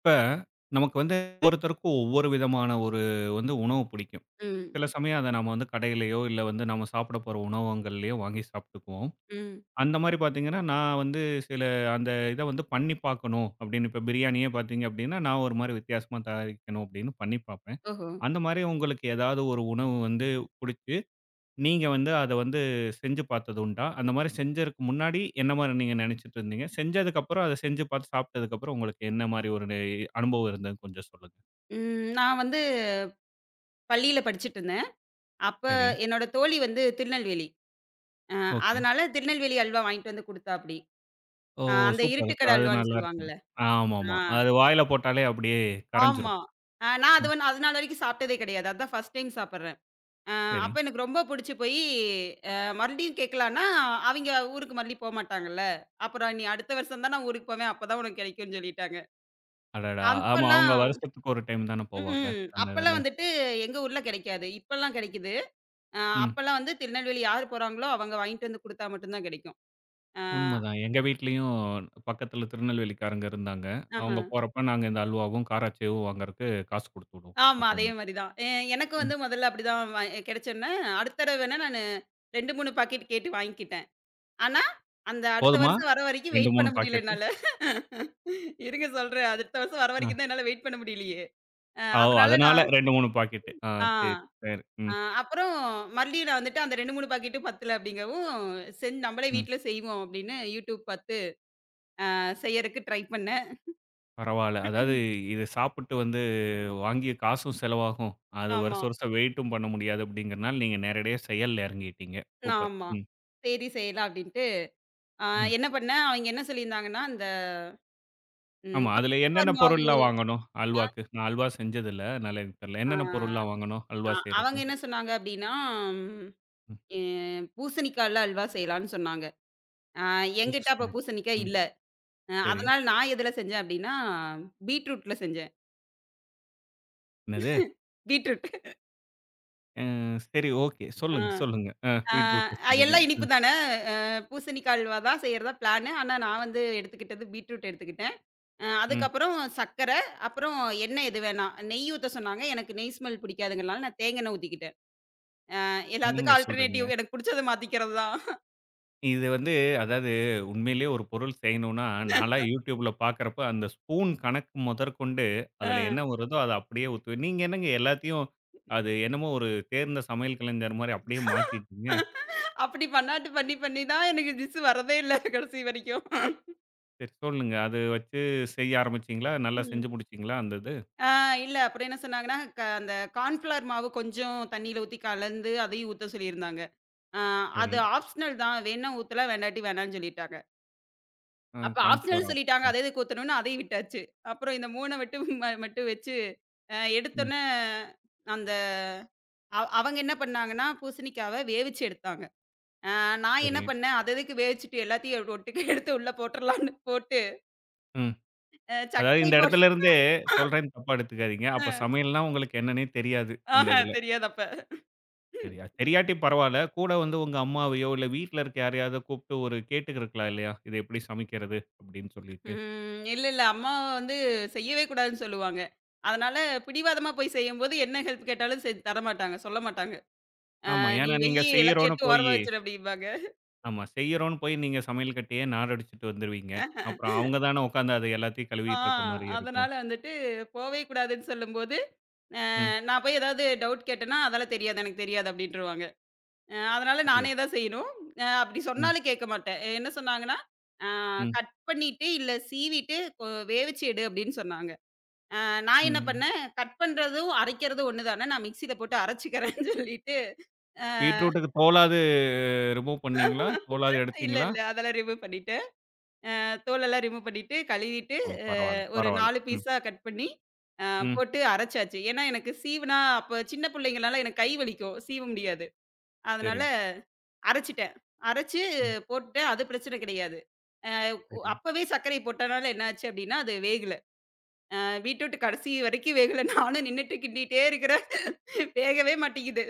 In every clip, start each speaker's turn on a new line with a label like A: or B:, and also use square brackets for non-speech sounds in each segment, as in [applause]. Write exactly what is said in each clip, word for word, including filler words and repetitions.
A: இப்ப நமக்கு வந்து ஒவ்வொருத்தருக்கும் ஒவ்வொரு விதமான ஒரு வந்து உணவு பிடிக்கும்.
B: ம்,
A: சில சமயம் அத நம்ம வந்து கடையிலயோ, இல்ல வந்து நம்ம சாப்பிட போற உணவகங்கள்லயோ வாங்கி சாப்பிட்டுக்குவோம்.
B: ம்.
A: அந்த மாரி பார்த்தீங்கன்னா, நான் வந்து சில அந்த இத வந்து பண்ணி பார்க்கணும் அப்படின்னு இப்ப பிரியாணியே பார்த்தீங்க அப்படின்னா, நான் ஒரு மாரி வித்தியாசமா தயாரிக்கணும் அப்படின்னு பண்ணி பார்ப்பேன்.
B: ஓஹோ!
A: அந்த மாரி உங்களுக்கு ஏதாவது ஒரு உணவு வந்து புடிச்ச நீங்க வந்து அத வந்து செஞ்சு பார்த்தது உண்டா? அந்த மாரி செஞ்சதுக்கு முன்னாடி என்ன மாரி நீங்க நெனச்சிட்டு இருந்தீங்க? செஞ்சதுக்கப்புறம் அத செஞ்சு பார்த்து சாப்பிட்டதுக்கப்புறம் உங்களுக்கு என்ன மாரி ஒரு நெ அனுபவம் இருந்ததுன்னு கொஞ்சம் சொல்லுங்க?
B: ம். நான் வந்து பள்ளியில படிச்சுட்டுருந்தேன். அப்ப
A: சரி.
B: என்னோட தோழி வந்து திருநெல்வேலி. அ
A: ஓகே.
B: அதனால திருநெல்வேலி அல்வா வாங்கிட்டு வந்து குடுத்தாப்படி.
A: ஓ!
B: அ அந்த
A: சூப்பர்.
B: இருட்டுக்கட
A: அது
B: அல்வான்னு
A: நல்லாருக்கும்.
B: சொல்லுவாங்கல்ல. ஆ
A: ஆமாமா. அது வாயில போட்டாலே அப்படியே
B: ஆமா.
A: கரைஞ்சிரும்.
B: அ நான் அது
A: ம்.
B: வந்து அது நாள் வரைக்கும் சாப்பிட்டதே கிடையாது. அதான் ஃபர்ஸ்ட் டைம் சாப்பிடுறேன். அ
A: சரி.
B: அப்ப எனக்கு ரொம்ப புடிச்சு போயி, அ மறுபடியும் கேட்கலான்னா, அவிங்க ஊருக்கு மறுபடியும் போமாட்டாங்கல்ல. அப்புறம் "நீ அடுத்த வருஷம் தான் நான் ஊருக்கு போவேன். அப்பதான் உனக்கு கிடைக்கும்னு" சொல்லிட்டாங்க.
A: அடடா! ஆமா. அவங்க
B: அப்பல்லாம்
A: வருஷத்துக்கு ஒரு டைம் தானே போவாங்க.
B: ம்ஹ்ம்.
A: அந்த
B: அப்பல்லாம்
A: இதுல.
B: வந்துட்டு எங்க ஊர்ல கிடைக்காது. இப்பல்லாம் கிடைக்குது. அ
A: ம்.
B: அப்பல்லாம் வந்து திருநெல்வேலி யார் போறாங்களோ, அவங்க வாங்கிட்டு வந்து குடுத்தா மட்டும் தான் கிடைக்கும். அ
A: உண்மதான். எங்க வீட்லயும் பக்கத்துல திருநெல்வேலிக்காரங்க இருந்தாங்க.
B: ஆஹ.
A: அவங்க போறப்ப நாங்க இந்த அல்வாவும், காராச்சேவும் வாங்குறக்கு காசு குடுத்து விடுவோம்
B: ஆமா, அதே
A: எப்பவுமே.
B: மாரி தான். எ எனக்கு
A: ம்.
B: வந்து முதல்ல அப்படிதான் வ கிடைச்சோன்னே, அடுத்த தடவ வேணா நானு ரெண்டு, மூணு பாக்கெட் கேட்டு வாங்கிக்கிட்டேன். ஆனா, அந்த அடுத்த
A: போதுமா?
B: வருஷம் வர வரைக்கும்
A: ரெண்டு,
B: வெயிட்
A: மூணு
B: பண்ண முடியல
A: பாக்கெட்டு.
B: என்னால. இருங்க சொல்றேன். அடுத்த வருஷம் வர
A: அ.
B: வரைக்கும் தான் என்னால வெயிட் பண்ண முடியலையே. அ
A: ஓ!
B: அதனால
A: அதனால
B: நான்
A: ரெண்டு, மூணு பாக்கெட்டு. ஆ
B: ஆ,
A: சரி, சரி.
B: அ
A: ம்,
B: அப்புறம் மறுபடியும் நான் வந்துட்டு அந்த ரெண்டு, மூணு பாக்கெட்டும் பத்தல அப்படிங்கவும், செஞ் நம்மளே
A: ம்.
B: வீட்ல செய்வோம் அப்படின்னு யூடியூப் பார்த்து அ செய்யறக்கு ட்ரை பண்ணேன்.
A: பரவால்ல. அதாவது இத சாப்பிட்டு வந்து வாங்கிய காசும் செலவாகும். அது
B: ஆமா.
A: வருஷம் வருஷம் வெயிட்டும் பண்ண முடியாது அப்படிங்கிறனால, நீங்க நேரடியா செயல்ல இறங்கிட்டீங்க. சூப்பர்.
B: ஆமா.
A: ம்,
B: சரி செய்யலாம் அப்டின்ட்டு, அ
A: ம்.
B: என்ன பண்ணேன், அவைங்க என்ன சொல்லியிருந்தாங்கன்னா, அந்த ம்
A: ஆமா. அதுல
B: கான்ஃப்ளவர்
A: என்னென்ன
B: மாவு
A: பொருள்லாம் வாங்கணும்? அல்வாக்கு. நான் அல்வா செஞ்சதில்ல. அதனால எனக்கு தெரியல.
B: ஆ
A: என்னென்ன பொருள்லாம் வாங்கணும்?
B: அ
A: அல்வா
B: அவங்க
A: செய்றக்கு?
B: என்ன சொன்னாங்க அப்டின்னா, ம்
A: ம்.
B: எ பூசணிக்காய்ல அல்வா செய்யலான்னு சொன்னாங்க. அ என்கிட்ட அப்ப
A: [unintelligible]
B: பூசணிக்காய்
A: ம்.
B: இல்ல. அ
A: சரி.
B: அதனால நான் எதுல செஞ்சேன் அப்டின்னா, பீட்ரூட்ல செஞ்சேன்.
A: என்னது?
B: பீட்ரூட்.
A: அ சரி. ஓகே.
B: ஆ.
A: சொல்லுங்க, சொல்லுங்க. அ
B: ஆ
A: பீட்ரூட் செஞ்சீங்க.
B: எல்லாம்
A: அ,
B: இனிப்பு தானே. அ பூசணிக்காய் அல்வா தான் செய்யறதா பிளானு. ஆனா நான் வந்து எடுத்துக்கிட்டது பீட்ரூட் எடுத்துக்கிட்டேன். அ
A: ம்.
B: அதுக்கப்புறம் சர்க்கரை, அப்புறம் எண்ணெய் எது வேணாம். நெய் ஊத்த சொன்னாங்க. எனக்கு நெய் ஸ்மெல் பிடிக்காதுங்கிறனால நான் தேங்கா எண்ணெய் ஊத்திக்கிட்டேன். அ
A: என்னங்க
B: எல்லாத்துக்கும்
A: சொல்றீங்க?
B: ஆல்டர்னேட்டிவ் எனக்கு புடிச்சத மாத்திக்கிறது தான்.
A: இது வந்து அதாவது உண்மையிலேயே ஒரு பொருள் செய்யணும்னா, நான்லாம் YouTubeல பார்க்குறப்ப அந்த ஸ்பூன் கணக்கு முதற்கொண்டு,
B: அ
A: அதில என்ன வருதோ அத அப்படியே ஊத்துவேன். நீங்க என்னங்க எல்லாத்தையும் அது என்னமோ ஒரு தேர்ந்த சமையல் கலைஞர் மாரி அப்படியே மாத்திட்டீங்க.
B: அப்படி பண்ணாட்டு பண்ணி பண்ணி தான் எனக்கு டிஷ் வரதே இல்ல கடைசி வரைக்கும்.
A: சரி சொல்லுங்க. அது வச்சு செய்ய ஆரம்பிச்சீங்களா? நல்லா
B: ம்.
A: செஞ்சு முடிச்சீங்களா அந்த இது?
B: ஆ இல்ல அப்புறம் என்ன சொன்னாங்கன்னா, க அந்த கார்ன்ஃப்ளவர் மாவு கொஞ்சம் தண்ணீல ஊத்தி கலந்து அதையும் ஊத்த சொல்லியிருந்தாங்க. அ
A: சரி.
B: அது ஆப்ஷனல் தான். வேணுனா ஊத்தலாம், வேண்டாட்டி வேணான்னு சொல்லிட்டாங்க.
A: அ
B: அப்ப
A: கார்ன்ஃப்ளோர்
B: ஆப்ஷனல்
A: ஆட்
B: சொல்லிட்டாங்க.
A: ம்,
B: அத எதுக்கு ஊத்தணும்னு அதையும் விட்டாச்சு. அப்புறம் இந்த மூணு மட்டும் ம மட்டும் வச்சு அ
A: ம்.
B: எடுத்தோனே அந்த அ அவங்க என்ன பண்ணாங்கன்னா, பூசணிக்காவ வேவிச்சு எடுத்தாங்க. அ நான் என்ன
A: சரி.
B: பண்ணேன், அது அதுக்கு வேவிச்சுட்டு எல்லாத்தையும் ஒட்டுக்கா எடுத்து உள்ள போட்டுறலான்னு போட்டு,
A: ம்.
B: அ
A: அதாவது
B: சர்க்கரை
A: இந்த
B: போட்டு
A: இடத்துல இருந்தே சொல்றேன்னு தப்பா எடுத்துக்காதீங்க. அப்ப
B: அ
A: சமையல்னா உங்களுக்கு என்னன்னே தெரியாது இந்த
B: ஆஹா
A: இதுல.
B: தெரியாது அப்ப.
A: சரியா தெரியாட்டி பரவால்ல. கூட வந்து உங்க அம்மாவையோ, இல்ல வீட்ல இருக்க யாரையாவது கூப்ட்டு ஒரு கேட்டுக்கிருக்கலாம் இல்லையா? "இத எப்படி சமைக்கிறது?" அப்படின்னு சொல்லிட்டு.
B: ம். இல்ல, இல்ல. அம்மா வந்து செய்யவே கூடாதுன்னு சொல்லுவாங்க. அதனால பிடிவாதமா போய் செய்யும்போது என்ன ஹெல்ப் கேட்டாலும் செஞ்சு தரமாட்டாங்க. சொல்ல மாட்டாங்க. "அ
A: ஆமா.
B: நீ
A: ஏன்னா நீங்க
B: வெய்யி எல்லாத்தையும்
A: செய்யறோம்னு
B: எடுத்து
A: போயி
B: ஓரமா வச்சுரு" அப்படிம்பாங்க.
A: ஆமா. செய்யறோம்னு போய் நீங்க சமையல் கட்டையே நாரடிச்சுட்டு வந்துருவீங்க. அப்புறம் அவங்க தானே உட்காந்து அத எல்லாத்தையும்
B: ஆ
A: கழுவிட்டு இருக்க மாரி இருக்கும்.
B: அதனால வந்துட்டு போவே கூடாதுன்னு சொல்லும்போது, அ
A: ம்.
B: நான் போய் ஏதாவது டவுட் கேட்டேன்னா, "அதெல்லாம் தெரியாது, எனக்கு தெரியாது" அப்படின்ருவாங்க. அ அதனால நானே
A: புரியுது.
B: தான் செய்யணும். அ அப்படி
A: ம்.
B: சொன்னாலும் கேட்க மாட்டேன். என்ன சொன்னாங்கன்னா, "அ
A: ம்.
B: கட் பண்ணிட்டு, இல்ல சீவிட்டு கொ வேவிச்சு எடு" அப்படின்னு சொன்னாங்க. அ நான் என்ன
A: ம்.
B: பண்ணேன், "கட் பண்றதும், அரைக்கிறதும் ஒண்ணு தானே. நான் மிக்ஸியில போட்டு அரைச்சுக்கிறேன்னு" [laughs] சொல்லிட்டு, அ
A: பீட்ரூட்டுக்கு தோலாவது ரிமூவ் பண்ணீங்களா? தோலாவது
B: இல்ல,
A: எடுத்தீங்களா?
B: இல்ல. அதெல்லாம் ரிமூவ் பண்ணிட்டேன். அ தோலெல்லாம் ரிமூவ் பண்ணிட்டு, கழுவிட்டு,
A: ஓ!
B: அ
A: பரவால்ல,
B: ஒரு
A: பரவால்ல.
B: நாலு
A: ம்.
B: பீஸா கட் பண்ணி, அ
A: ம்.
B: போட்டு அரைச்சாச்சு. ஏன்னா, எனக்கு சீவுனா அப்ப சின்ன பிள்ளைங்கனால எனக்கு கை வலிக்கும். சீவ முடியாது.
A: சரி.
B: அதனால அரைச்சுட்டேன். அரைச்சு
A: ம்.
B: போட்டுட்டேன். அது பிரச்சனை கிடையாது. அ ஒ
A: சரி.
B: அப்பவே சர்க்கரை போட்டனால என்ன ஆச்சு அப்டின்னா, அது வேகல. அ பீட்ரூட் கடைசி வரைக்கும் வேகல. [laughs] நானும் நின்னுட்டு கிண்டிட்டே இருக்கிறேன். வேகவே மாட்டேங்குது.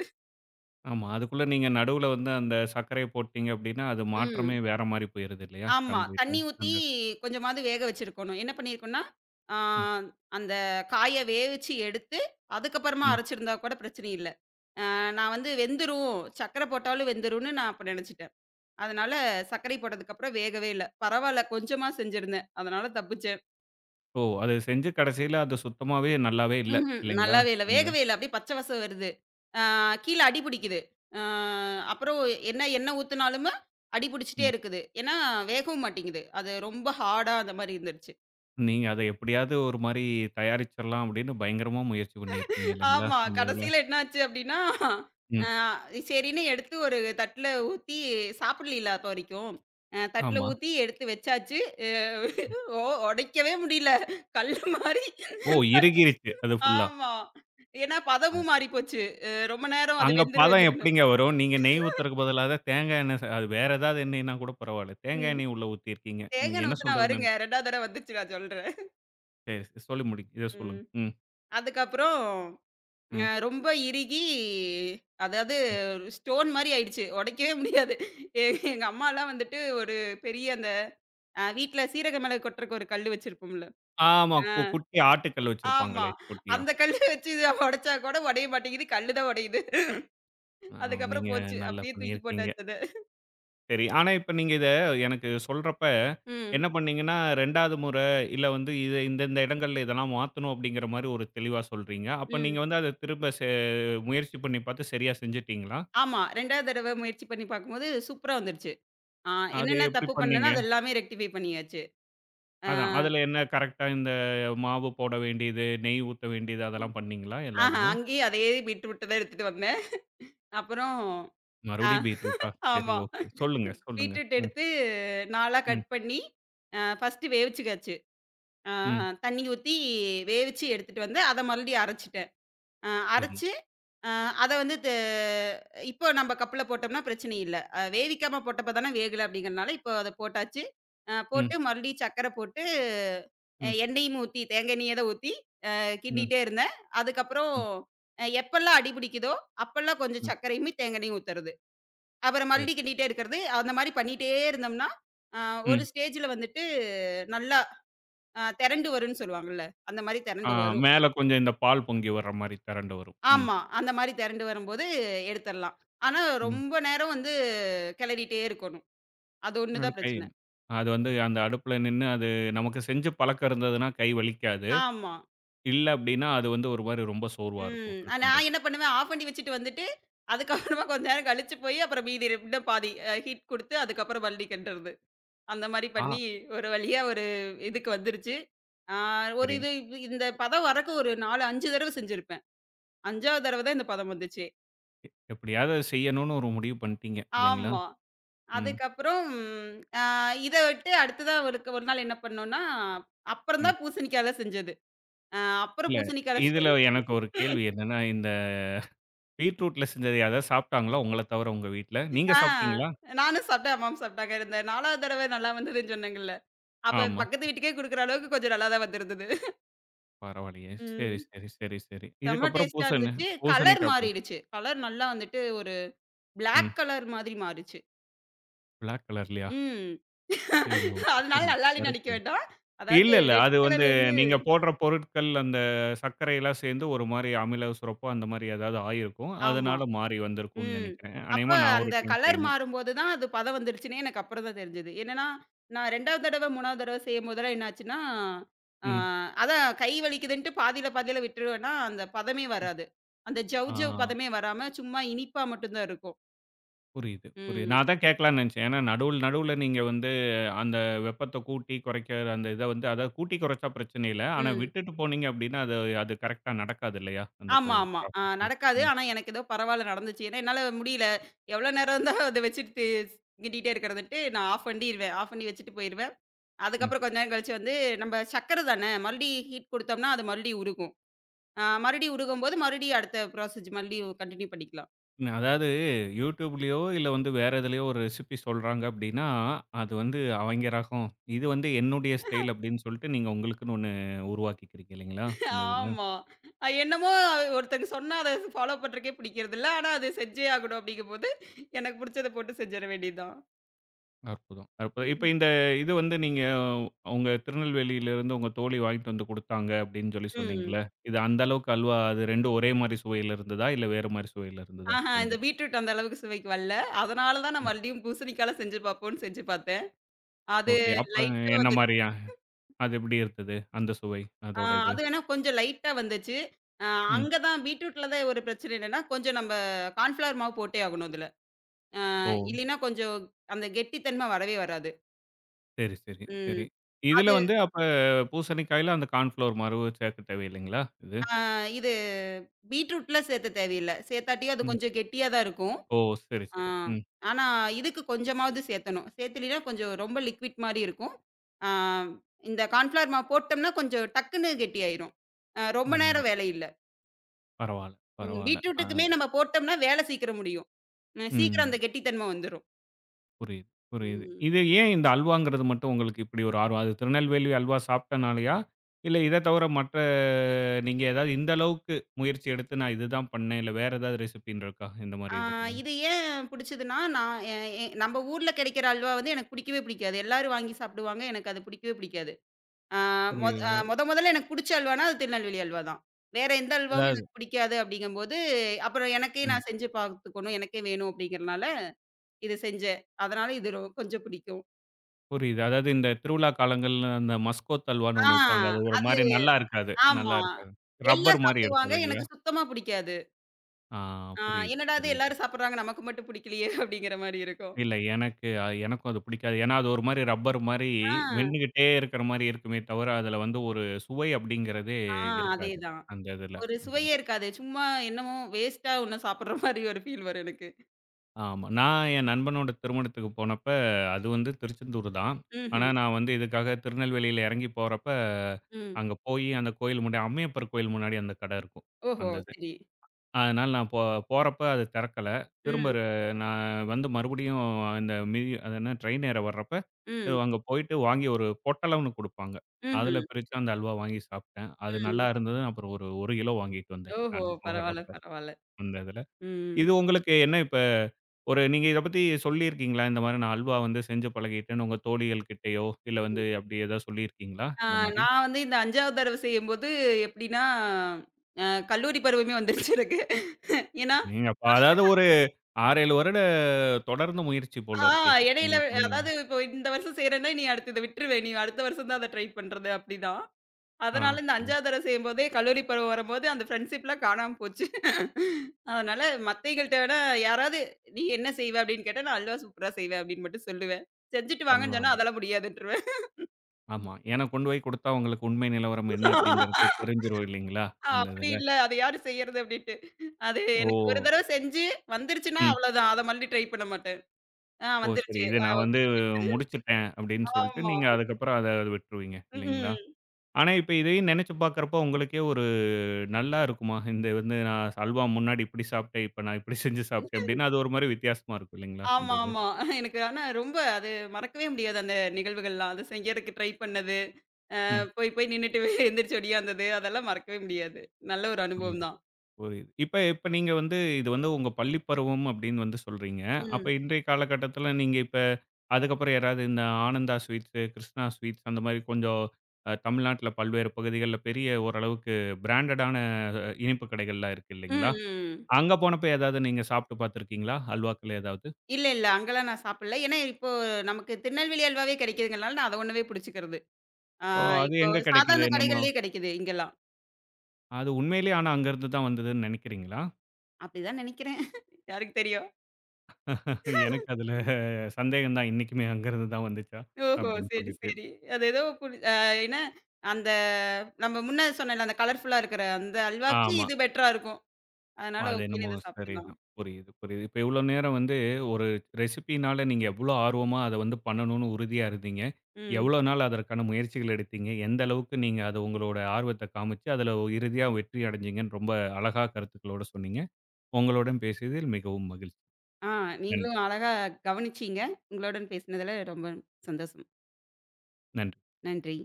A: ஆமா. அதுக்குள்ள நீங்க நடுவுல வந்து அந்த சர்க்கரைய போட்டீங்க அப்டின்னா, அது மாற்றமே
B: ம்.
A: வேற மாரி போயிருது இல்லையா?
B: ஆமா.
A: கம்ப்ளீட்டா
B: தண்ணி ஊத்தி
A: அந்த
B: கொஞ்சமாவது வேக வச்சிருக்கணும். என்ன பண்ணியிருக்கோம்னா, ஆ
A: ம்,
B: அந்த காய வேவிச்சு எடுத்து, அதுக்கப்புறமா
A: ம்.
B: அரைச்சிருந்தா கூட பிரச்சனை இல்ல. அ நான் வந்து வெந்துரும். சர்க்கரை போட்டாலும் வெந்துரும்னு நான் அப்ப நெனச்சுட்டேன். அதனால சர்க்கரை போட்டதுக்கப்புறம் வேகவே இல்ல. பரவால்ல கொஞ்சமா செஞ்சிருந்தேன். அதனால தப்பிச்சு
A: ஓ! அது செஞ்சு கடைசியில அது சுத்தமாவே நல்லாவே இல்ல.
B: ம்ஹ்ம்.
A: இல்லைங்களா?
B: நல்லாவே இல்ல.
A: அந்த
B: வேகவே இல்ல. அப்படியே பச்சை வாசம் வருது. ஆ கீழ அடி பிடிக்குது. ஆ அப்புறம் என்ன எண்ணெய் ஊத்துனாலுமு அடி பிடிச்சுட்டே
A: ம்.
B: இருக்குது. ஏன்னா வேகவும் மாட்டேங்குது. அது ரொம்ப ஹார்டா அந்த மாரி இருந்துருச்சு.
A: நீங்க அத எப்படியாவது ஒரு மாரி தயாரிச்சிரலாம் அப்படின்னு பயங்கரமா முயற்சி பண்ணியிருக்கீங்க இல்லைங்களா?
B: ஆமா.
A: இந்த இதுல.
B: கடைசியில என்னாச்சு அப்படின்னா,
A: ம்.
B: ஆ சரின்னு எடுத்து ஒரு தட்டுல ஊத்தி சாப்பிடலில்ல அப்ப வரைக்கும். அ தட்டுல
A: ஆமா.
B: ஊத்தி எடுத்து வச்சாச்சு. அ ஒ உடைக்கவே முடியல. கல்லு மாரி.
A: ஓ! இறுகிருச்சு அது ஃபுல்லா.
B: ஆமா. ஏன்னா
A: அ
B: பதமும் மாறி போச்சு. அ ரொம்ப நேரம் அது
A: அங்க
B: வெந்துரு
A: பதம்
B: வெந்துருன்னு.
A: எப்படிங்க வரும்? நீங்க நெய் ஊத்துறதுக்கு பதிலா தான் தேங்காய் எண்ணெய் ச அது வேற ஏதாவது எண்ணெய்னா கூட பரவால்ல. தேங்காய்
B: ம்.
A: எண்ணெய் உள்ள ஊத்தியிருக்கீங்க.
B: தேங்காண்ண
A: என்ன
B: ஊத்துனா
A: சொல்றதுன்னு
B: வருங்க.
A: எனக்கு
B: ரெண்டாவது தடவ வந்துச்சு நான் சொல்றேன்.
A: சரி, சரி, சொல்லி முடிங்க. இத சொல்லுங்க.
B: ம்.
A: ம்,
B: அதுக்கப்புறம் அ
A: ம்.
B: ரொம்ப இறுகி அதாவது ஸ்டோன் மாரி ஆயிடுச்சு. உடைக்கவே முடியாது. எ எங்க அம்மாலாம் வந்துட்டு ஒரு பெரிய அந்த அ வீட்ல சீரக மிளகு கொட்டுறக்கு ஒரு கல்லு வச்சிருப்போம்ல.
A: ஆமா.
B: ஆ
A: கு குட்டி ஆட்டுக்கல்
B: ஆமா.
A: வச்சிருப்பாங்களே! குட்டியா.
B: அந்த கல்லு வச்சு இத உடைச்சா கூட உடைய மாட்டேங்குது. கல்லு தான் உடையுது.
A: அ
B: அதுக்கப்புறம்
A: நீங்க
B: போச்சு.
A: நல்லா
B: அப்படியே தூக்கி
A: பண்ணியிருக்கீங்க.
B: போட்டாச்சு அத.
A: சரி. ஆனா, இப்ப நீங்க இத எனக்கு சொல்றப்ப
B: ம்.
A: என்ன பண்ணீங்கன்னா, 2வது முறை இல்ல வந்து இது இந்த இந்த இடங்கள்ல இதெல்லாம் மாத்தணும் அப்படிங்கிற மாரி ஒரு தெளிவா சொல்றீங்க. அப்ப நீங்க
B: ம்.
A: வந்து அத திரும்ப செ முயற்சி பண்ணி பார்த்து சரியா செஞ்சுட்டீங்களா?
B: ஆமா. ரெண்டாவது தடவ முயற்சி பண்ணி பார்க்கும்போது சூப்பரா வந்துருச்சு. ஆ
A: அது
B: என்னென்ன
A: எப்படி
B: தப்பு பண்ணேனோ
A: பண்ணீங்க?
B: அது எல்லாமே ரெக்டிஃபை பண்ணியாச்சு. ஆ.
A: அதான். அதுல என்ன கரெக்ட்டா இந்த மாவு போட வேண்டியது, நெய் ஊத்த வேண்டியது அதெல்லாம் பண்ணீங்களா எல்லா
B: ஆஹா,
A: இதுவும்?
B: அங்கேயே அதே பீட்ரூட்ட தான் எடுத்துட்டு வந்தேன். அப்புறம் ஆ
A: மறுபடியும் பீட்ரூட்டா? சரி,
B: ஆமா.
A: ஓகே. சொல்லுங்க, சொல்லுங்க.
B: பீட்ரூட்
A: ம்,
B: எடுத்து நாலா
A: ம்,
B: கட் பண்ணி, அ ஃபர்ஸ்ட்டு வேவிச்சுக்காச்சு. அ
A: ம்.
B: தண்ணி ஊத்தி வேவிச்சு எடுத்துட்டு வந்து, அத மறுபடியும் அரைச்சுட்டேன். அ
A: சரி.
B: அரைச்சு, அ அத வந்து து இப்போ நம்ப கப்புல போட்டோம்னா பிரச்சனை இல்ல. அ வேவிக்காம போட்டப்ப தானே வேகல அப்படிங்கிறனால, இப்போ அத போட்டாச்சு. அ
A: ம்,
B: போட்டு மறுபடியும் சர்க்கரை போட்டு, அ
A: ம்,
B: எண்ணெயும் ஊத்தி, தேங்காய் எண்ணெயே தான் ஊத்தி, அ
A: ம், ம்.
B: கிண்டிட்டே இருந்தேன். அதுக்கப்புறம் அ எப்பல்லாம் அடி பிடிக்குதோ, அப்பல்லாம் கொஞ்சம்
A: ம்.
B: சர்க்கரையுமே, தேங்காய் எண்ணெயும் ஊத்துறது. அப்புறம்
A: சரி.
B: மறுபடியும் கிண்டிட்டே இருக்கிறது. அந்த மாரி பண்ணிட்டே இருந்தோம்னா, அ ஒரு
A: ம்.
B: ஸ்டேஜ்ல வந்துட்டு நல்லா அ தெரண்டு வரும்ன்னு சொல்லுவாங்கல்ல, அந்த மாரி
A: ஆ
B: தெரண்டு வரும்.
A: மேல கொஞ்சம் இந்த பால் பொங்கி வர்ற மாரி திரண்டு வரும். ம்.
B: ஆமா. அந்த மாரி தெரண்டு வரும்போது எடுத்தரலாம். ஆனா,
A: ம்.
B: ரொம்ப நேரம் வந்து கெளறிட்டே இருக்கணும். அது ஒண்ணு
A: அது
B: தான்
A: கை
B: பிரச்சனை.
A: அது வந்து அந்த அடுப்புல நின்னு அது நமக்கு செஞ்சு பழக்கம் இருந்ததுன்னா கை வலிக்காது.
B: ஆமா.
A: இல்ல அப்டின்னா, அது வந்து ஒரு மாரி ரொம்ப சோர்வா இருக்கும்.
B: ம்.
A: அது
B: ஆ, நான்
A: பண்றது.
B: என்ன பண்ணுவேன், ஆஃப் பண்ணி வச்சுட்டு வந்துட்டு, அதுக்கப்புறமா கொஞ்ச நேரம் கழிச்சு போய், அப்புறம் மீதி இன்னும் பாதி அ ஹீட் குடுத்து, அதுக்கப்புறம் மறுபடி கிண்டுறது. அந்த மாரி
A: ஆ
B: பண்ணி, ஒரு வழியா ஒரு இதுக்கு வந்துருச்சு. ஆ ஒரு
A: சரிங்க.
B: இது இது- இந்த பதம் வரக்கு ஒரு நாலு, அஞ்சு தடவ செஞ்சிருப்பேன். அஞ்சாவது தடவ தான் இந்த பதம் வந்துச்சு.
A: எப்படியாவது அத செய்யணும்னு ஒரு முடிவு பண்ணிட்டீங்க இல்லைங்களா?
B: ஆமா.
A: ம்.
B: அதுக்கப்புறம் அ இத விட்டு அடுத்ததா ஒருக்கு ஒரு நாள் என்ன பண்ணோம்னா, அப்புறம்
A: ம்.
B: தான் பூசணிக்கால செஞ்சது. அ அப்புறம்
A: இல்ல
B: பூசணிக்கால
A: இதுல
B: செஞ்சு
A: எனக்கு ஒரு கேள்வி என்னன்னா, இந்த பீட்ரூட்ல செஞ்சது யாராவது சாப்ட்டாங்களா? உங்கள தவிர உங்க வீட்ல. நீங்க
B: ஆ
A: சாப்ட்டீங்களா?
B: நானும் சாப்பிட்டேன், அம்மாவும் சாப்பிட்டாங்க. இந்த நாலாவது தடவ நல்லா வந்ததுன்னு சொன்னேங்கல்ல. அப்ப
A: ஆமா.
B: பக்கத்து வீட்டுக்கே குடுக்குற அளவுக்கு கொஞ்சம் நல்லா தான் வந்திருந்தது.
A: பரவாயில்லையே. சரி,
B: ம்.
A: சரி, சரி, சரி.
B: செம்ம
A: இதுக்கப்புறம்
B: டேஸ்ட்டா
A: பூசணி
B: இருந்துச்சு. கலர்
A: பூசணிக்கா போய்டும்.
B: மாறிடுச்சு. கலர் நல்லா வந்துட்டு ஒரு
A: ம்.
B: பிளாக் கலர் மாதிரி மாறுச்சு.
A: பிளாக் கலர்லயா?
B: ம்.
A: சரி ஓகே.
B: அதனால
A: புரியுது.
B: நல்லா இல்லன்னு நெனைக்க
A: கருப்பு.
B: வேண்டாம். அதாவது
A: இல்ல, இல்ல.
B: ரெட்
A: அது வந்து
B: கலர்ல இருந்து
A: நீங்க போடுற பொருட்கள் அந்த சர்க்கரைலாம் சேர்ந்து ஒரு மாரி அமில சுரப்போ அந்த மாரி ஏதாவது ஆயிருக்கும்.
B: ஆமா.
A: அதனால மாறி வந்திருக்கும்னு
B: ம்.
A: நெனைக்கிறேன்.
B: அப்ப
A: அநேகமா நான் ஒரு
B: அந்த
A: டைம்
B: கலர்
A: செய்யணும்.
B: மாறும்போது தான் அது பதம் வந்துருச்சுன்னே எனக்கு அப்புறம் தான் தெரிஞ்சது. என்னன்னா, நான் ரெண்டாவது தடவ, மூணாவது தடவ செய்யும்போதெல்லாம் என்னாச்சுன்னா, ஆ
A: ம்.
B: அதான் கை வலிக்குதுன்ட்டு பாதியில பாதியில விட்டுருவேன்னா, அந்த பதமே வராது. அந்த ஜவ்
A: ஆ
B: ஜவ் பதமே வராம சும்மா இனிப்பா மட்டும் தான் இருக்கும்.
A: புரியுது, புரியுது.
B: ம்.
A: நான் அதான் கேட்கலாம்னு நெனைச்சேன். ஏன்னா நடுவுல, நடுவுல நீங்க வந்து அந்த வெப்பத்த கூட்டி குறைக்கிற அந்த இத வந்து அதாவது கூட்டி குறைச்சா பிரச்சனை இல்ல. ஆனா
B: ம்.
A: விட்டுட்டு போனீங்க அப்டின்னா, அது அது கரெக்ட்டா நடக்காது இல்லையா? அந்த ப
B: ஆமா, ஆமா. ஆ
A: ப்ராசஸ்.
B: நடக்காது. ஆனா எனக்கு ஏதோ பரவால்ல நடந்துச்சு. ஏன்னா என்னால முடியல. எவ்வளோ நேரம் தான் அத வச்சுட்டு தி கிண்டிட்டே இருக்கிறதுன்ட்டு நான் ஆஃப் பண்ணிருவேன். ஆஃப் பண்ணி வச்சுட்டு போயிருவேன்.
A: ம்.
B: அதுக்கப்புறம் கொஞ்ச நேரம் கழிச்சு வந்து நம்ம சர்க்கரை தானே மறுபடி ஹீட் குடுத்தோம்னா, அது மறுபடியும் உருகும். ஆ மறுபடியும் உருகும்போது, மறுபடியும் அடுத்த ப்ராசஸ் மறுபடியும் கன்டின்யூ பண்ணிக்கலாம்.
A: ந- அதாவது யூடியூப்லயோ இல்ல வந்து வேற எதுலயோ ஒரு ரெசிபி சொல்றாங்க அப்படின்னா, அது வந்து அவங்க ரகம். இது வந்து என்னுடைய ஸ்டைல் அப்படின்னு சொல்லிட்டு நீங்க உங்களுக்குன்னு ஒண்ணு உருவாக்கிக்கிறீங்க இல்லைங்களா? இந்த இதுல.
B: ஆமா. அது என்னமோ அவ- ஒருத்தங்க சொன்னா அத ஃபாலோ பண்றதுக்கே பிடிக்கிறதில்ல. ஆனா அது செஞ்சே ஆகணும் அப்படிங்கும்போது, எனக்கு புடிச்சத போட்டு செஞ்சிட வேண்டியது தான்.
A: அற்புதம். அப்ப இப்ப இந்த இது வந்து நீங்க உங்க திருநெல்வேலியிலிருந்து உங்க தோழி வாங்கிட்டு வந்து குடுத்தாங்க அப்படின்னு சொல்லி
B: ம்.
A: சொன்னீங்கல்ல. இது அந்த அளவுக்கு அல்வா அது ரெண்டும் ஒரே மாரி சுவையில இருந்ததா? இல்ல வேற மாரி சுவையில இருந்ததா?
B: ஆஹா இந்த
A: ரெண்டும்
B: பீட்ரூட் அந்த அளவுக்கு சுவைக்கு வரல. அதனால தான் நான் மறுபடியும் பூசணிக்கால செஞ்சு பார்ப்போம்ன்னு செஞ்சு பார்த்தேன். அது
A: ஓகே. அப்ப
B: லைட்டா
A: என்ன
B: வந்து
A: மாரியா? அது எப்படி இருந்தது? அந்த சுவை
B: ஆ
A: அதோட இது.
B: அது வேணா கொஞ்சம் லைட்டா வந்துச்சு. அ
A: ம்.
B: அங்க தான் பீட்ரூட்ல தான் ஒரு பிரச்சனை என்னன்னா, கொஞ்சம் நம்ப கார்ன்ஃப்ளவர் மாவு போட்டே ஆகணும் அதுல. அ
A: ஓ!
B: இல்லைன்னா கொஞ்சம் அந்த கெட்டித்தன்மை வரவே வராது.
A: சரி, சரி, சரி.
B: ம்.
A: இதுல
B: அது
A: வந்து அப்ப பூசணிக்காயில அந்த கார்ன்ஃப்ளவர் மறவு சேர்க்க தேவையில்லைங்களா இது?
B: அ இது பீட்ரூட்ல சேர்த்த தேவையில்ல. சேர்த்தாட்டியும் அது
A: ம்.
B: கொஞ்சம் கெட்டியா தான் இருக்கும்.
A: ஓ! சரி,
B: ஆ
A: சரி. ம்.
B: ஆனா இதுக்கு கொஞ்சமாவது சேர்த்தணும். சேர்த்துலனா கொஞ்சம் ரொம்ப லிக்விட் மாரி இருக்கும். ஆ இந்த கார்ன்ஃப்ளவர் மாவு போட்டோம்னா கொஞ்சம் டக்குன்னு கெட்டியாயிரும். அ
A: ஆ
B: ரொம்ப நேரம் வேலை இல்ல.
A: பரவால்ல,
B: ம்
A: பரவால்ல. ஆ.
B: பீட்ரூட்டுக்குமே நம்ம போட்டோம்னா வேலை சீக்கிரம் முடியும். அ சீக்கிரம்
A: ம்.
B: அந்த கெட்டித்தன்மை வந்துரும்.
A: புரியுது, புரியுது.
B: ம்.
A: இது ஏன் இந்த அல்வாங்கிறது மட்டும் உங்களுக்கு இப்படி ஒரு ஆர்வம்? அது திருநெல்வேலி அல்வா சாப்பிட்டனாலயா? இல்ல இத தவிர மற்ற நீங்க ஏதாவது இந்த அளவுக்கு முயற்சி எடுத்து நான் இதுதான் பண்ணேன், இல்ல வேற ஏதாவது ரெசிபின்னு இருக்கா? இந்த மாரி
B: ஆ
A: இதுக்கெல்லாம்?
B: இது ஏன் புடிச்சதுன்னா, நான் எ எ நம்ப ஊர்ல கிடைக்கிற அல்வா வந்து எனக்கு புடிக்கவே புடிக்காது. எல்லாரும் வாங்கி சாப்பிடுவாங்க. எனக்கு அது புடிக்கவே புடிக்காது. ஆ மொத அ
A: புரிய
B: மொத மொதல்ல எனக்கு புடிச்ச அல்வான்னா, அது திருநெல்வேலி அல்வா தான். வேற எந்த அல்வாவும்
A: அதாவது
B: எனக்கு பிடிக்காது அப்படிங்கும்போது, அப்புறம் எனக்கே
A: ம்.
B: நான் செஞ்சு பார்த்துக்கணும். எனக்கே வேணும் அப்படிங்கிறனால, இது செஞ்சேன். அதனால இது ரொ கொஞ்சம் பிடிக்கும்.
A: புரியுது. அதாவது இந்த திருவிழா காலங்கள்ல அந்த மஸ்கோ தல்வான்னு
B: ஆ
A: ஒண்ணு விப்பாங்க. அது ஒரு
B: அது
A: மாரி நல்லா இருக்காது
B: ஆமா.
A: நல்லா இருக்காது. ரப்பர்
B: எல்லாம்
A: மாரி இருக்கும்
B: சாப்பிடுவாங்க.
A: இல்லைங்களா?
B: எனக்கு சுத்தமா புடிக்காது.
A: ஆ
B: ஆ
A: புரியுது,
B: என்னடா இது
A: புரியுது.
B: எல்லாரும் சாப்பிடுறாங்க, நமக்கு மட்டும் புடிக்கலையே அப்படிங்கிற மாரி இருக்கும்.
A: இல்ல எனக்கு அ எனக்கும் அது பிடிக்காது. ஏன்னா, அது ஒரு மாரி ரப்பர் மாரி
B: ஆ,
A: மென்னுகிட்டே இருக்கிற மாரி இருக்குமே தவிர, அதுல வந்து ஒரு சுவை அப்படிங்கிறதே
B: ஆ
A: இருக்காது.
B: அதேதான்.
A: அந்த இதுல
B: ஒரு
A: அதுல.
B: சுவையே இருக்காது. சும்மா என்னமோ வேஸ்ட்டா ஒண்ண சாப்பிடுற மாரி ஒரு ஃபீல் வரும் எனக்கு.
A: ஆமா. நான் என் நண்பனோட திருமணத்துக்கு போனப்ப, அது வந்து திருச்செந்தூர் தான். ஆனா,
B: ம்ஹ்ம்.
A: நான் வந்து இதுக்காக திருநெல்வேலியில இறங்கி போறப்ப,
B: ம்.
A: அங்க போயி அந்த கோயில் முன்னாடி அம்மையப்பர் கோயில் முன்னாடி அந்த கடை இருக்கும்.
B: ஓஹோ!
A: அந்த இது.
B: சரி.
A: அதனால நான் போ போறப்ப அது திறக்கல. திரும்ப
B: ம்.
A: ர நான் வந்து மறுபடியும் இந்த மிதி அது என்ன ட்ரெயின் ஏற வர்றப்ப,
B: ம்.
A: அங்க போயிட்டு வாங்கி ஒரு பொட்டலம்னு குடுப்பாங்க.
B: ம்ஹ்ம்.
A: அதுல பிரிச்சு அந்த அல்வா வாங்கி சாப்பிட்டேன். அது நல்லா
B: ம்.
A: இருந்தது. அப்புறம் ஒரு 1 கிலோ வாங்கிட்டு வந்தேன்
B: ஓஹோ!
A: நானு
B: பரவால்ல,
A: போறப்ப
B: பரவால்ல.
A: அந்த இதுல.
B: ம்.
A: இது உங்களுக்கு என்ன இப்ப ஒரு நீங்க இத பத்தி சொல்லியிருக்கீங்களா? இந்த மாரி நான் அல்வா வந்து செஞ்சு பழகிட்டேன்னு உங்க தோழிகள் கிட்டயோ, இல்ல வந்து
B: ம்.
A: அப்படி ஏதாவது சொல்லியிருக்கீங்களா?
B: ஆ
A: இந்த மாரி?
B: நான் வந்து இந்த அஞ்சாவது தடவ செய்யும்போது எப்படின்னா, அ கல்லூரி பருவமே வந்துருச்சு எனக்கு. ஏன்னா,
A: நீங்க அப்ப அதாவது ஒரு ஆறு, ஏழு வருட தொடர்ந்து முயற்சி போல
B: ஆ
A: இருக்கே!
B: இடையில
A: நீங்க பண்ணது.
B: அதாவது இப்போ இந்த வருஷம் செய்றேன்னா, நீ அடுத்து இத விட்டுருவே. நீ அடுத்த வருஷம் தான் அத ட்ரை பண்றது அப்படிதான்.
A: ஆ.
B: அதனால இந்த
A: சரி.
B: 5வது தடவ செய்யும்போதே, கல்லூரி பருவம் வரும்போது அந்த ஃப்ரெண்ட்ஷிப்லாம் காணாம போச்சு. அதனால மத்தவைங்கள்ட்ட விட யாராவது, "நீ என்ன செய்வ?" அப்படின்னு கேட்டா, "நான் அல்வா சூப்பரா செய்வேன்" அப்படின்னு மட்டும் சொல்லுவேன். செஞ்சுட்டு வாங்கன்னு
A: அதுதான்.
B: சொன்னா, "அதெல்லாம் முடியாதுன்றுவேன்."
A: ஆமா. ஏன்னா கொண்டு போய் குடுத்தா உங்களுக்கு உண்மை நிலவரம் என்ன அப்படிங்கிறது தெரிஞ்சிரும் இல்லைங்களா? அந்த
B: அப்படி
A: இதுல.
B: இல்ல, "அத யாரு செய்யறது?" அப்படின்ட்டு. அது
A: ஓ!
B: எனக்கு ஒரு தடவ செஞ்சு வந்துருச்சுன்னா
A: ம்.
B: அவ்வளோதான். அத மறுபடியும் ட்ரை பண்ண மாட்டேன். ஆ
A: ஓ! சரி.
B: வந்துருச்சு.
A: இத
B: ஆ
A: நான் வந்து
B: ஓகே.
A: முடிச்சுட்டேன் அப்படின்னு சொல்லிட்டு
B: ஆமா.
A: நீங்க அதுக்கப்புறம் அத விட்டுருவீங்க இல்லைங்களா?
B: ம்.
A: ஆனா இப்ப இதையும் நெனைச்சு பார்க்கிறப்போ உங்களுக்கே ஒரு நல்லா இருக்குமா? இந்த வந்து நான் அல்வா முன்னாடி இப்படி சாப்பிட்டேன். இப்ப நான் இப்படி செஞ்சு சாப்பிட்டேன் அப்படின்னு அது ஒரு மாரி வித்தியாசமா இருக்கும் இல்லைங்களா? இந்த
B: ஆமா,
A: இது.
B: ஆமா. எனக்கு ஆனா ரொம்ப அது மறக்கவே முடியாது அந்த நிகழ்வுகள்லாம். அது செய்யறக்கு ட்ரை பண்ணது.
A: ம்.
B: போய் போய் நின்னுட்டு [laughs] எந்திரிச்சு ஒடியாந்தது, அதெல்லாம் மறக்கவே முடியாது. நல்ல ஒரு அனுபவம்
A: புரியுது.
B: தான்.
A: புரியுது. இப்ப இப்ப நீங்க வந்து இது வந்து உங்க பள்ளி பருவம் அப்படின்னு வந்து சொல்றீங்க. அப்ப
B: ம்.
A: இன்றைய காலகட்டத்தில நீங்க இப்ப அதுக்கப்புறம் யாராவது இந்த ஆனந்தா ஸ்வீட்ஸு, கிருஷ்ணா ஸ்வீட்ஸ் அந்த மாரி கொஞ்சம் அ தமிழ்நாட்டில பல்வேறு பகுதிகள்ல பெரிய ஓரளவுக்கு பிராண்டடான இனிப்பு கடைகள்லாம் இருக்கு
B: ம்,
A: இல்லைங்களா?
B: ம்.
A: அங்க போனப்ப ஏதாவது நீங்க சாப்பிட்டு பார்த்துருக்கீங்களா? அல்வாக்கள் ஏதாவது?
B: இல்ல, இல்ல. அங்கலாம் நான் சாப்பிடல. ஏன்னா, இப்போ நமக்கு திருநெல்வேலி அல்வாவே கிடைக்குதுங்கிறனால நான் அத ஒண்ணவே புடிச்சுக்கிறது. ஆ
A: ஓ!
B: ஓ!
A: அது
B: இப்போ
A: எங்க கிடைக்குது?
B: சாதாரண
A: நம்ம
B: கடைகள்லயே கிடைக்குது இங்கலாம்.
A: அது உண்மையிலேயே ஆனா அங்கருந்து தான் வந்ததுன்னு நினைக்கிறீங்களா?
B: அப்படிதான் நெனைக்கிறேன். [laughs] யாருக்கு தெரியும்?
A: எனக்கு அதுல சந்தேகம் தான். இன்னைக்குமே அங்கருந்து தான் வந்துச்சா?
B: ஓஹோ!
A: அப்படின்னு
B: சரி,
A: சொல்லிட்டு.
B: சரி. அது ஏதோ புடி அ என்ன அந்த நம்ம முன்ன சொன்னேன்ல, அந்த கலர்ஃபுல்லா இருக்கிற அந்த அல்வாவுக்கு
A: ஆமா.
B: இது பெட்டரா இருக்கும். அதனால
A: அது
B: ஓகேன்னு
A: என்னமோ
B: இத சாப்ட்டேன் தான்.
A: சரிதான். புரியுது, புரியுது. இப்ப இவ்ளோ நேரம் வந்து ஒரு ரெசிபினால நீங்க எவ்ளோ ஆர்வமா அத வந்து பண்ணணும்னு உறுதியா இருந்தீங்க.
B: ம்.
A: எவ்ளோ நாள் அதற்கான முயற்சிகள் எடுத்தீங்க? எந்த அளவுக்கு நீங்க அது உங்களோட ஆர்வத்த காமிச்சு, அதுல இறுதியா வெற்றி அடைஞ்சீங்கன்னு ரொம்ப அழகா கருத்துக்களோட சொன்னீங்க. உங்களுடன் பேசியதில் மிகவும் மகிழ்ச்சி.
B: ஆ
A: நன்
B: நீங்களும் அழகா கவனிச்சீங்க. உங்களுடன் பேசினதுல ரொம்ப சந்தோஷம்.
A: நன்றி.
B: நன்றி.